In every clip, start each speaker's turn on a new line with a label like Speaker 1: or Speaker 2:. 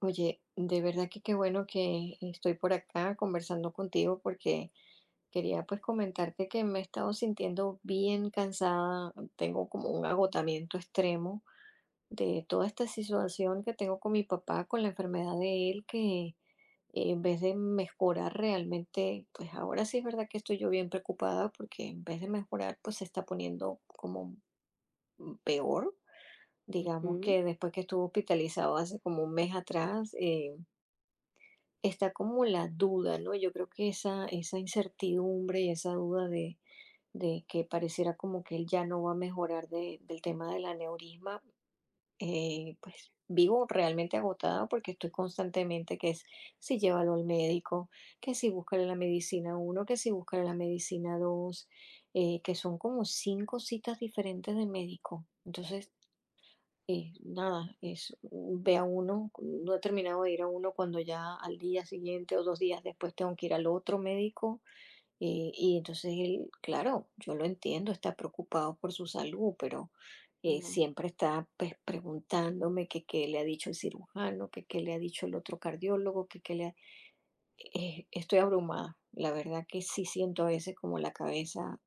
Speaker 1: Oye, de verdad que qué bueno que estoy por acá conversando contigo porque quería pues comentarte que me he estado sintiendo bien cansada, tengo como un agotamiento extremo de toda esta situación que tengo con mi papá, con la enfermedad de él, que en vez de mejorar realmente, pues ahora sí es verdad que estoy yo bien preocupada porque en vez de mejorar, pues se está poniendo como peor. Digamos
Speaker 2: Mm.
Speaker 1: que después que estuvo hospitalizado hace como un mes atrás, está como la duda, ¿no? Yo creo que esa incertidumbre y esa duda de que pareciera como que él ya no va a mejorar del tema del aneurisma, pues vivo realmente agotada porque estoy constantemente que es si llévalo al médico, que si búscale la medicina uno, que si búscale la medicina 2, que son como cinco citas diferentes de médico. Entonces, y nada, ve a uno, no he terminado de ir a uno cuando ya al día siguiente o dos días después tengo que ir al otro médico. Y entonces él, claro, yo lo entiendo, está preocupado por su salud, pero
Speaker 2: No.
Speaker 1: siempre está pues, preguntándome que qué le ha dicho el cirujano, que qué le ha dicho el otro cardiólogo, que qué le ha... estoy abrumada. La verdad que sí siento a veces como la cabeza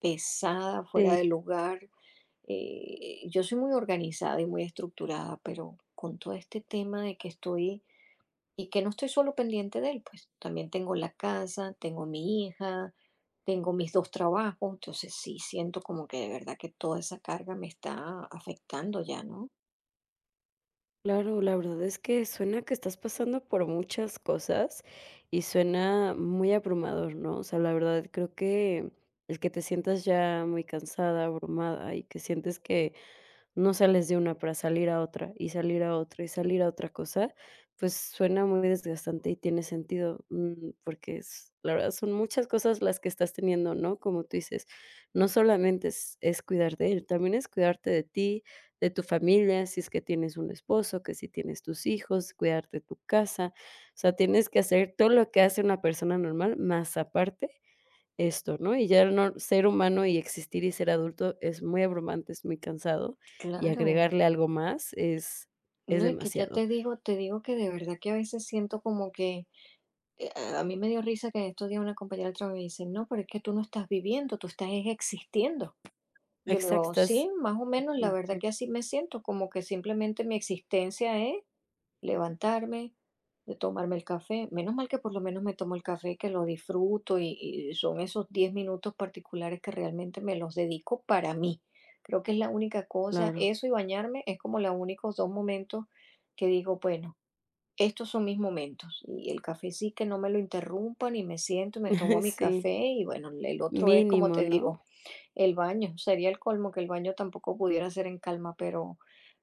Speaker 1: pesada, fuera
Speaker 2: Sí,
Speaker 1: de lugar. Yo soy muy organizada y muy estructurada, pero con todo este tema de que estoy y que no estoy solo pendiente de él, pues también tengo la casa, tengo mi hija, tengo mis dos trabajos, entonces sí siento como que de verdad que toda esa carga me está afectando ya, ¿no?
Speaker 2: claro, la verdad es que suena que estás pasando por muchas cosas y suena muy abrumador, ¿no? O sea, la verdad creo que el que te sientas ya muy cansada, abrumada y que sientes que no sales de una para salir a otra, y salir a otra, y salir a otra cosa, pues suena muy desgastante y tiene sentido, porque la verdad son muchas cosas las que estás teniendo, ¿no? Como tú dices, no solamente es cuidar de él, también es cuidarte de ti, de tu familia, si es que tienes un esposo, que si tienes tus hijos, cuidar de tu casa, o sea, tienes que hacer todo lo que hace una persona normal, más aparte esto, ¿no? Y ya no ser humano y existir y ser adulto es muy abrumante, es muy cansado, y
Speaker 1: Claro.
Speaker 2: agregarle algo más es
Speaker 1: No, y que ya
Speaker 2: demasiado.
Speaker 1: te digo que de verdad que a veces siento como que a mí me dio risa que en estos días una compañera del trabajo me dice, no, pero es que tú no estás viviendo, tú estás es existiendo. Yo le digo,
Speaker 2: Exactas.
Speaker 1: sí, más o menos, la verdad
Speaker 2: Ujú.
Speaker 1: que así me siento, como que simplemente mi existencia es levantarme, de tomarme el café. Menos mal que por lo menos me tomo el café, que lo disfruto y son esos 10 minutos particulares que realmente me los dedico para mí. Creo que es la única cosa,
Speaker 2: Claro.
Speaker 1: eso y bañarme es como los únicos dos momentos que digo, bueno, estos son mis momentos. Y el café sí que no me lo interrumpan y me siento y me tomo mi
Speaker 2: Sí,
Speaker 1: café y bueno, el otro es como
Speaker 2: mínimo,
Speaker 1: te
Speaker 2: ¿no?
Speaker 1: digo el baño, sería el colmo que el baño tampoco pudiera ser en calma, pero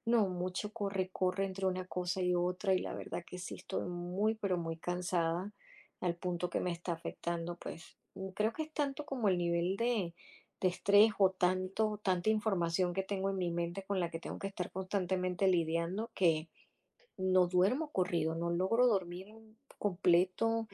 Speaker 1: no, mucho corre, corre entre una cosa y otra y la verdad que sí estoy muy, pero muy cansada al punto que me está afectando, pues creo que es tanto como el nivel de estrés o tanto, tanta información que tengo en mi mente con la que tengo que estar constantemente lidiando que no duermo corrido, no logro dormir un completo,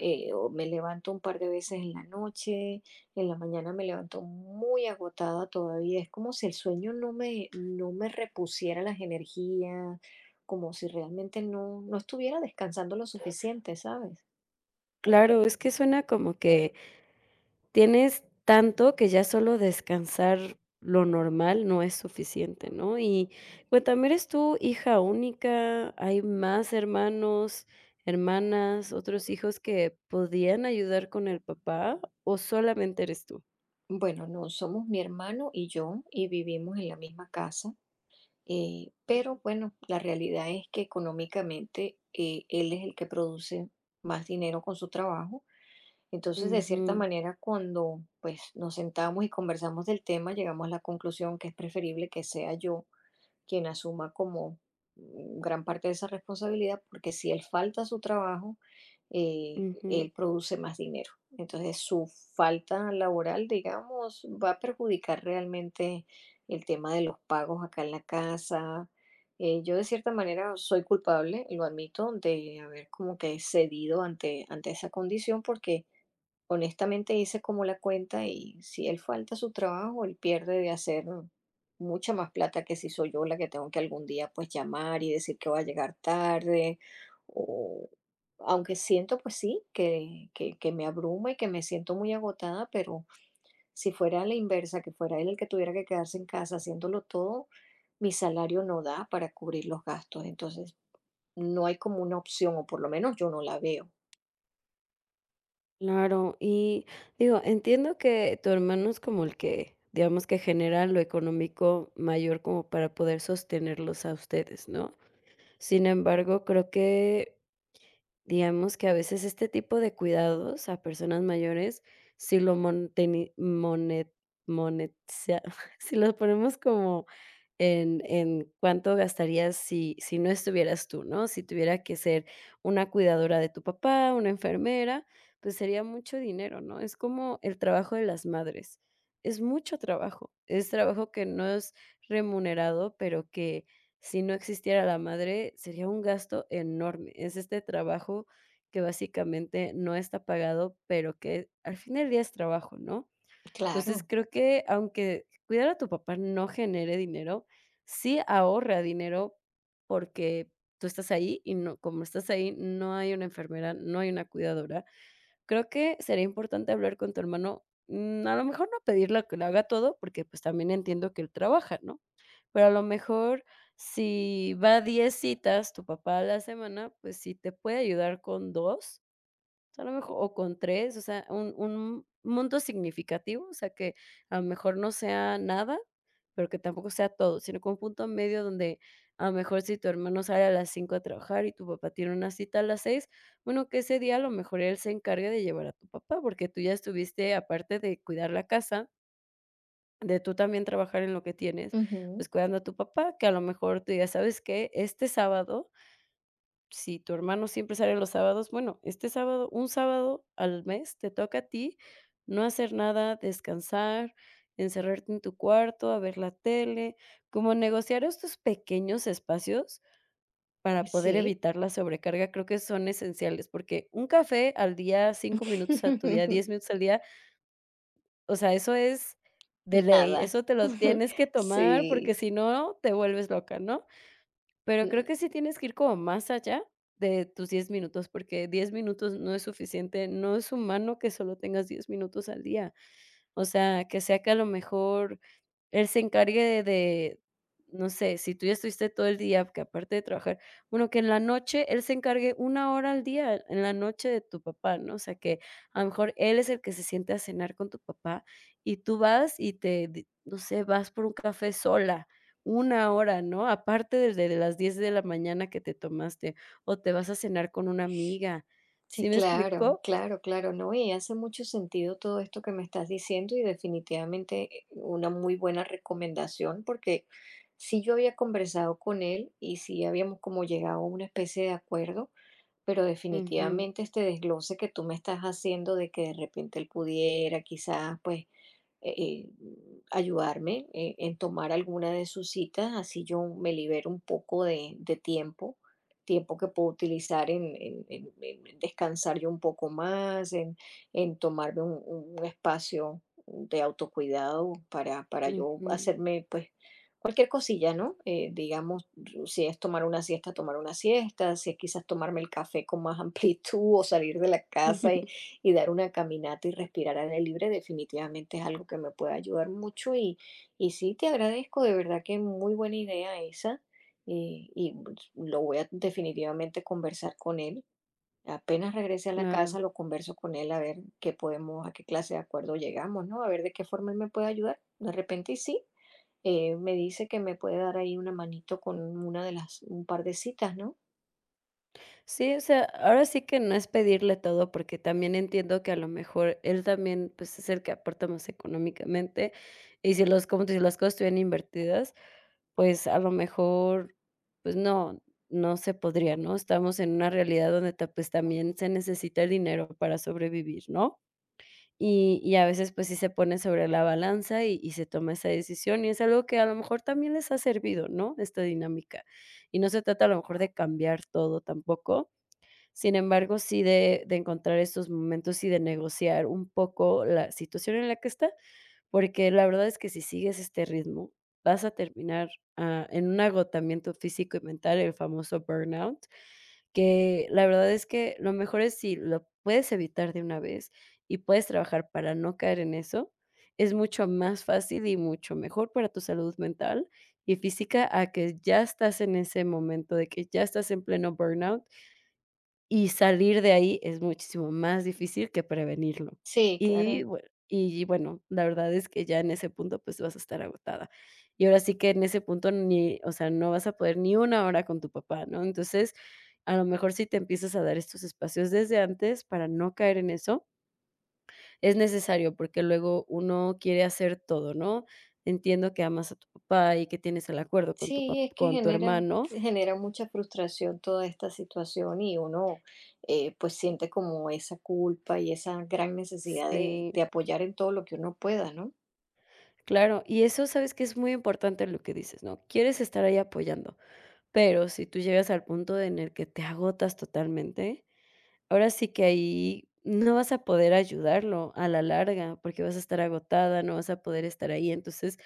Speaker 1: o me levanto un par de veces en la noche, en la mañana me levanto muy agotada todavía, es como si el sueño no me repusiera las energías, como si realmente no estuviera descansando lo suficiente, ¿sabes?
Speaker 2: Claro, es que suena como que tienes tanto que ya solo descansar lo normal no es suficiente, ¿no? Y cuéntame, ¿eres tú hija única? ¿Hay más hermanos, hermanas, otros hijos que podían ayudar con el papá o solamente eres tú?
Speaker 1: Bueno, no, somos mi hermano y yo y vivimos en la misma casa, pero bueno, la realidad es que económicamente él es el que produce más dinero con su trabajo. Entonces, de cierta
Speaker 2: Ujú.
Speaker 1: manera, cuando pues nos sentamos y conversamos del tema, llegamos a la conclusión que es preferible que sea yo quien asuma como gran parte de esa responsabilidad, porque si él falta a su trabajo,
Speaker 2: Ujú.
Speaker 1: él produce más dinero. Entonces su falta laboral, digamos, va a perjudicar realmente el tema de los pagos acá en la casa. Yo de cierta manera soy culpable, lo admito, de haber como que cedido ante esa condición porque honestamente hice como la cuenta y si él falta a su trabajo, él pierde de hacer mucha más plata que si soy yo la que tengo que algún día pues llamar y decir que voy a llegar tarde, o aunque siento pues sí, que me abruma y que me siento muy agotada, pero si fuera la inversa, que fuera él el que tuviera que quedarse en casa haciéndolo todo, mi salario no da para cubrir los gastos, entonces no hay como una opción, o por lo menos yo no la veo.
Speaker 2: Claro. Y digo, entiendo que tu hermano es como el que, digamos, que genera lo económico mayor como para poder sostenerlos a ustedes, ¿no? Sin embargo, creo que, digamos, que a veces este tipo de cuidados a personas mayores, si lo monteni monet monetiza si los ponemos como en cuánto gastarías si no estuvieras tú, ¿no? Si tuviera que ser una cuidadora de tu papá, una enfermera, pues sería mucho dinero, ¿no? Es como el trabajo de las madres. Es mucho trabajo. Es trabajo que no es remunerado, pero que si no existiera la madre, sería un gasto enorme. Es este trabajo que básicamente no está pagado, pero que al fin del día es trabajo, ¿no?
Speaker 1: Claro,
Speaker 2: Entonces, creo que aunque cuidar a tu papá no genere dinero, sí ahorra dinero porque tú estás ahí y no como estás ahí, no hay una enfermera, no hay una cuidadora. Creo que sería importante hablar con tu hermano. A lo mejor no pedirle que lo haga todo, porque, pues, también entiendo que él trabaja, ¿no? Pero a lo mejor si va a 10 citas tu papá a la semana, pues si te puede ayudar con 2 a lo mejor, o con tres, o sea, un monto significativo, o sea, que a lo mejor no sea nada, pero que tampoco sea todo, sino con un punto medio donde a lo mejor si tu hermano sale a las 5 a trabajar y tu papá tiene una cita a las 6, bueno, que ese día a lo mejor él se encargue de llevar a tu papá, porque tú ya estuviste, aparte de cuidar la casa, de tú también trabajar en lo que tienes,
Speaker 1: ujú,
Speaker 2: pues, cuidando a tu papá, que a lo mejor tú digas: "¿Sabes qué? Este sábado", si tu hermano siempre sale los sábados, bueno, este sábado, un sábado al mes te toca a ti no hacer nada, descansar, encerrarte en tu cuarto, a ver la tele, como negociar estos pequeños espacios para
Speaker 1: pues
Speaker 2: poder
Speaker 1: sí,
Speaker 2: evitar la sobrecarga, creo que son esenciales, porque un café al día, 5 minutos a tu día, 10 minutos al día, o sea, eso es de ley,
Speaker 1: nada,
Speaker 2: eso te lo tienes que tomar porque
Speaker 1: sí.
Speaker 2: si no te vuelves loca, ¿no? Pero creo
Speaker 1: Mm.
Speaker 2: que sí tienes que ir como más allá de tus 10 minutos, porque 10 minutos no es suficiente, no es humano que solo tengas 10 minutos al día. O sea que a lo mejor él se encargue de no sé, si tú ya estuviste todo el día, que aparte de trabajar, bueno, que en la noche él se encargue 1 hora al día, en la noche, de tu papá, ¿no? O sea, que a lo mejor él es el que se siente a cenar con tu papá y tú vas y te di no sé, vas por un café sola, una hora, ¿no? Aparte desde las 10 de la mañana que te tomaste, o te vas a cenar con una amiga, ¿sí
Speaker 1: Sí,
Speaker 2: me
Speaker 1: claro,
Speaker 2: explicó?
Speaker 1: claro, claro, ¿no? Y hace mucho sentido todo esto que me estás diciendo y definitivamente una muy buena recomendación porque sí yo había conversado con él y sí habíamos como llegado a una especie de acuerdo, pero
Speaker 2: Ujú.
Speaker 1: definitivamente este desglose que tú me estás haciendo de que de repente él pudiera quizás pues eh, ayudarme en tomar alguna de sus citas, así yo me libero un poco de tiempo, tiempo que puedo utilizar en descansar yo un poco más, en tomarme un espacio de autocuidado para yo
Speaker 2: Ujú.
Speaker 1: hacerme pues cualquier cosilla, ¿no? Digamos, si es tomar una siesta, si es quizás tomarme el café con más amplitud o salir de la casa y dar una caminata y respirar aire libre definitivamente es algo que me puede ayudar mucho y sí te agradezco, de verdad que muy buena idea esa. Y pues, lo voy a definitivamente conversar con él. Apenas regrese a la casa,
Speaker 2: Claro.
Speaker 1: lo converso con él a ver qué podemos, a qué clase de acuerdo llegamos, ¿no? A ver de qué forma él me puede ayudar. De repente y sí, me dice que me puede dar ahí una manito con una de las, un par de citas, ¿no?
Speaker 2: Sí, o sea, ahora sí que no es pedirle todo, porque también entiendo que a lo mejor él también, pues, es el que aporta más económicamente, y si los como tú dices, las cosas estuvieran invertidas, pues, a lo mejor, pues no, no se podría, ¿no? Estamos en una realidad donde ta pues, también se necesita el dinero para sobrevivir, ¿no? Y a veces, pues, sí se pone sobre la balanza y se toma esa decisión, y es algo que a lo mejor también les ha servido, ¿no? Esta dinámica. Y no se trata a lo mejor de cambiar todo tampoco, sin embargo, sí de encontrar estos momentos y de negociar un poco la situación en la que está, porque la verdad es que si sigues este ritmo, vas a terminar, en un agotamiento físico y mental, el famoso burnout, que la verdad es que lo mejor es si lo puedes evitar de una vez y puedes trabajar para no caer en eso, es mucho más fácil y mucho mejor para tu salud mental y física a que ya estás en ese momento de que ya estás en pleno burnout, y salir de ahí es muchísimo más difícil que prevenirlo.
Speaker 1: Sí, claro.
Speaker 2: Y bueno, la verdad es que ya en ese punto, pues, vas a estar agotada. Y ahora sí que en ese punto ni, o sea, no vas a poder ni una hora con tu papá, ¿no? Entonces, a lo mejor si te empiezas a dar estos espacios desde antes para no caer en eso, es necesario, porque luego uno quiere hacer todo, ¿no? Entiendo que amas a tu papá y que tienes el acuerdo con tu pap
Speaker 1: Sí, es que
Speaker 2: con tu
Speaker 1: genera,
Speaker 2: hermano.
Speaker 1: genera mucha frustración toda esta situación y uno pues siente como esa culpa y esa gran necesidad de,
Speaker 2: Sí.
Speaker 1: de apoyar en todo lo que uno pueda, ¿no?
Speaker 2: Claro, y eso sabes que es muy importante lo que dices, ¿no? Quieres estar ahí apoyando, pero si tú llegas al punto en el que te agotas totalmente, ahora sí que ahí no vas a poder ayudarlo a la larga, porque vas a estar agotada, no vas a poder estar ahí. Entonces,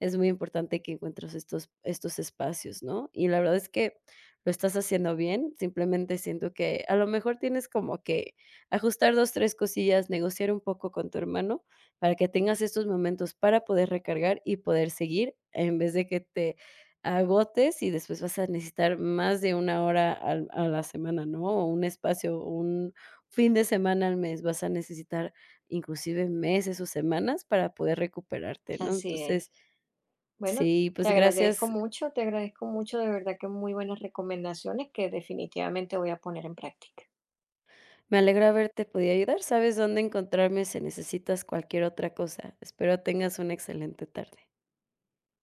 Speaker 2: es muy importante que encuentres estos espacios, ¿no? Y la verdad es que lo estás haciendo bien, simplemente siento que a lo mejor tienes como que ajustar 2 3 cosillas, negociar un poco con tu hermano para que tengas estos momentos para poder recargar y poder seguir en vez de que te agotes y después vas a necesitar más de 1 hora al a la semana, ¿no? O un espacio, un fin de semana al mes, vas a necesitar inclusive meses o semanas para poder recuperarte, ¿no?
Speaker 1: Así
Speaker 2: Entonces,
Speaker 1: es. Bueno,
Speaker 2: sí, pues gracias,
Speaker 1: te agradezco mucho, de verdad que muy buenas recomendaciones que definitivamente voy a poner en práctica.
Speaker 2: me alegra haberte podido ayudar, sabes dónde encontrarme si necesitas cualquier otra cosa. Espero tengas una excelente tarde.